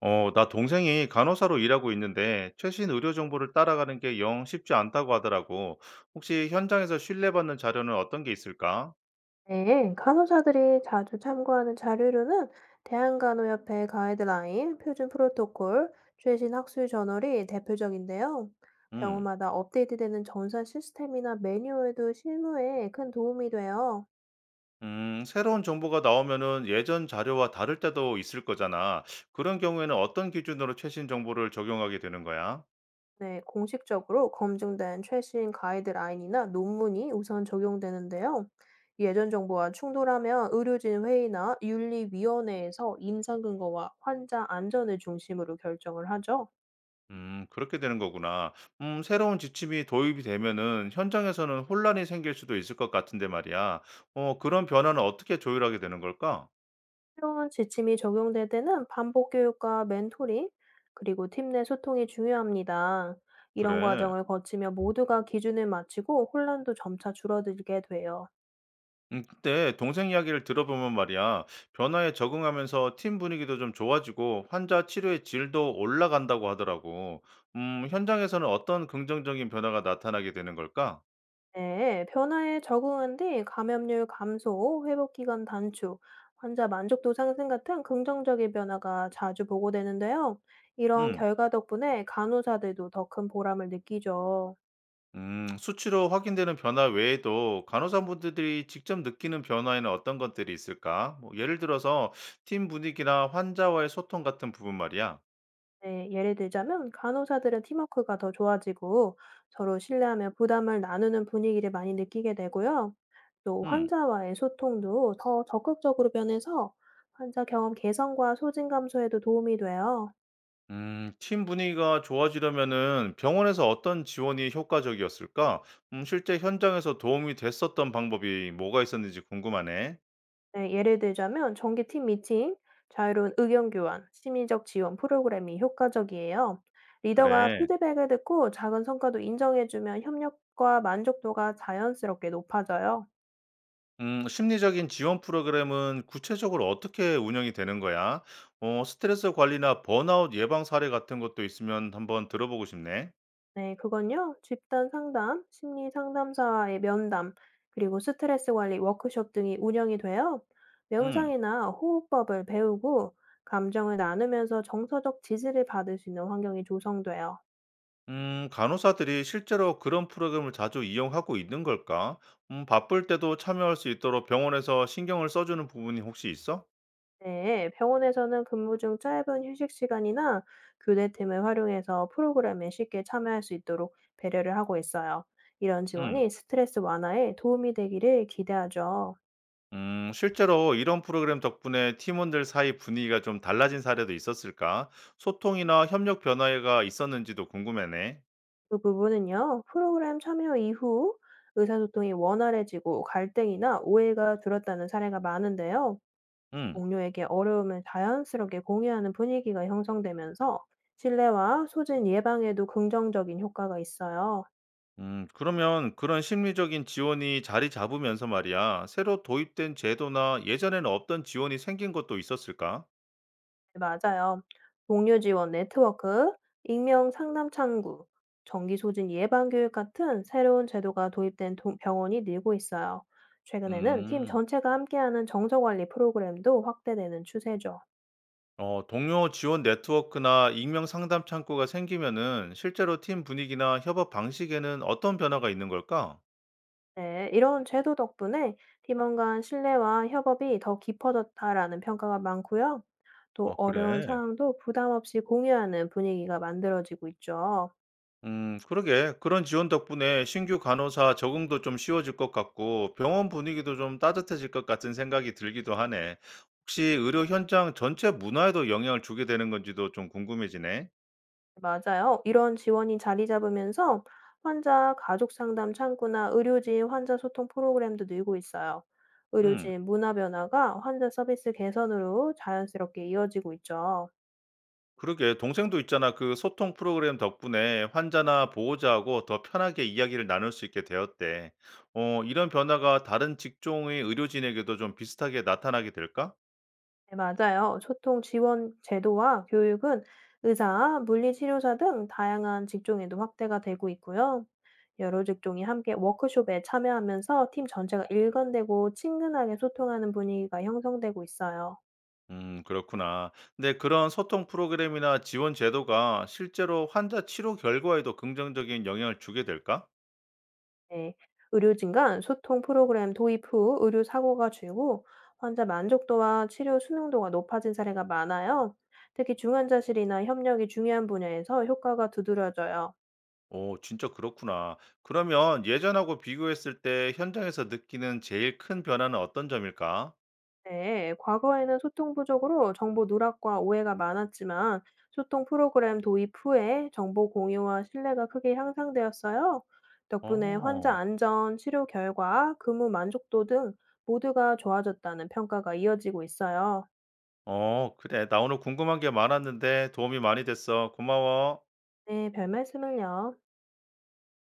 나 동생이 간호사로 일하고 있는데 최신 의료 정보를 따라가는 게 영 쉽지 않다고 하더라고. 혹시 현장에서 신뢰받는 자료는 어떤 게 있을까? 네, 그러니까 간호사들이 자주 참고하는 자료로는 대한간호협회 가이드라인, 표준 프로토콜, 최신 학술 저널이 대표적인데요. 음, 병원마다 업데이트되는 전산 시스템이나 매뉴얼도 실무에 큰 도움이 돼요. 새로운 정보가 나오면은 예전 자료와 다를 때도 있을 거잖아. 그런 경우에는 어떤 기준으로 최신 정보를 적용하게 되는 거야? 네, 공식적으로 검증된 최신 가이드라인이나 논문이 우선 적용되는데요. 예전 정보와 충돌하면 의료진 회의나 윤리위원회에서 임상 근거와 환자 안전을 중심으로 결정을 하죠. 그렇게 되는 거구나. 새로운 지침이 도입이 되면은 현장에서는 혼란이 생길 수도 있을 것 같은데 말이야. 그런 변화는 어떻게 조율하게 되는 걸까? 새로운 지침이 적용될 때는 반복 교육과 멘토링, 그리고 팀 내 소통이 중요합니다. 이런 그래. 과정을 거치며 모두가 기준을 맞추고 혼란도 점차 줄어들게 돼요. 그때 동생 이야기를 들어보면 말이야, 변화에 적응하면서 팀 분위기도 좀 좋아지고 환자 치료의 질도 올라간다고 하더라고. 현장에서는 어떤 긍정적인 변화가 나타나게 되는 걸까? 네, 변화에 적응한 뒤 감염률 감소, 회복 기간 단축, 환자 만족도 상승 같은 긍정적인 변화가 자주 보고되는데요. 이런 음, 결과 덕분에 간호사들도 더 큰 보람을 느끼죠. 수치로 확인되는 변화 외에도 간호사분들이 직접 느끼는 변화에는 어떤 것들이 있을까? 뭐, 예를 들어서 팀 분위기나 환자와의 소통 같은 부분 말이야. 네, 예를 들자면 간호사들은 팀워크가 더 좋아지고 서로 신뢰하며 부담을 나누는 분위기를 많이 느끼게 되고요. 또 음. 환자와의 소통도 더 적극적으로 변해서 환자 경험 개선과 소진 감소에도 도움이 돼요. 팀 분위기가 좋아지려면은 병원에서 어떤 지원이 효과적이었을까? 실제 현장에서 도움이 됐었던 방법이 뭐가 있었는지 궁금하네. 네, 예를 들자면 정기 팀 미팅, 자유로운 의견 교환, 심리적 지원 프로그램이 효과적이에요. 리더가 그래. 피드백을 듣고 작은 성과도 인정해주면 협력과 만족도가 자연스럽게 높아져요. 심리적인 지원 프로그램은 구체적으로 어떻게 운영이 되는 거야? 스트레스 관리나 번아웃 예방 사례 같은 것도 있으면 한번 들어보고 싶네. 네, 그건요. 집단 상담, 심리 상담사와의 면담, 그리고 스트레스 관리 워크숍 등이 운영이 돼요. 음, 명상이나 호흡법을 배우고 감정을 나누면서 정서적 지지를 받을 수 있는 환경이 조성돼요. 간호사들이 실제로 그런 프로그램을 자주 이용하고 있는 걸까? 바쁠 때도 참여할 수 있도록 병원에서 신경을 써주는 부분이 혹시 있어? 네, 병원에서는 근무 중 짧은 휴식 시간이나 교대팀을 활용해서 프로그램에 쉽게 참여할 수 있도록 배려를 하고 있어요. 이런 음. 지원이 스트레스 완화에 도움이 되기를 기대하죠. 실제로 이런 프로그램 덕분에 팀원들 사이 분위기가 좀 달라진 사례도 있었을까? 소통이나 협력 변화가 있었는지도 궁금하네. 그 부분은요, 프로그램 참여 이후 의사소통이 원활해지고 갈등이나 오해가 줄었다는 사례가 많은데요. 음, 동료에게 어려움을 자연스럽게 공유하는 분위기가 형성되면서 신뢰와 소진 예방에도 긍정적인 효과가 있어요. 그러면 그런 심리적인 지원이 자리 잡으면서 말이야, 새로 도입된 제도나 예전에는 없던 지원이 생긴 것도 있었을까? 네, 맞아요. 동료 지원 네트워크, 익명 상담 창구, 정기 소진 예방 교육 같은 새로운 제도가 도입된 병원이 늘고 있어요. 최근에는 팀 음, 전체가 함께하는 정서 관리 프로그램도 확대되는 추세죠. 동료 지원 네트워크나 익명 상담 창구가 생기면은 실제로 팀 분위기나 협업 방식에는 어떤 변화가 있는 걸까? 네, 이런 제도 덕분에 팀원 간 신뢰와 협업이 더 깊어졌다라는 평가가 많고요. 또 아, 어려운 그래. 상황도 부담 없이 공유하는 분위기가 만들어지고 있죠. 그러게. 그런 지원 덕분에 신규 간호사 적응도 좀 쉬워질 것 같고, 병원 분위기도 좀 따뜻해질 것 같은 생각이 들기도 하네. 혹시 의료 현장 전체 문화에도 영향을 주게 되는 건지도 좀 궁금해지네. 맞아요. 이런 지원이 자리 잡으면서 환자 가족 상담 창구나 의료진 환자 소통 프로그램도 늘고 있어요. 음, 의료진 문화 변화가 환자 서비스 개선으로 자연스럽게 이어지고 있죠. 그러게. 동생도 있잖아. 그 소통 프로그램 덕분에 환자나 보호자하고 더 편하게 이야기를 나눌 수 있게 되었대. 이런 변화가 다른 직종의 의료진에게도 좀 비슷하게 나타나게 될까? 네, 맞아요. 소통 지원 제도와 교육은 의사, 물리치료사 등 다양한 직종에도 확대가 되고 있고요. 여러 직종이 함께 워크숍에 참여하면서 팀 전체가 일관되고 친근하게 소통하는 분위기가 형성되고 있어요. 그렇구나. 근데 그런 소통 프로그램이나 지원 제도가 실제로 환자 치료 결과에도 긍정적인 영향을 주게 될까? 네. 의료진 간 소통 프로그램 도입 후 의료 사고가 줄고 환자 만족도와 치료 수능도가 높아진 사례가 많아요. 특히 중환자실이나 협력이 중요한 분야에서 효과가 두드러져요. 오, 진짜 그렇구나. 그러면 예전하고 비교했을 때 현장에서 느끼는 제일 큰 변화는 어떤 점일까? 네, 과거에는 소통 부족으로 정보 누락과 오해가 많았지만 소통 프로그램 도입 후에 정보 공유와 신뢰가 크게 향상되었어요. 덕분에 환자 어, 안전, 치료 결과, 근무 만족도 등 모두가 좋아졌다는 평가가 이어지고 있어요. 그래. 나 오늘 궁금한 게 많았는데 도움이 많이 됐어. 고마워. 네, 별 말씀을요.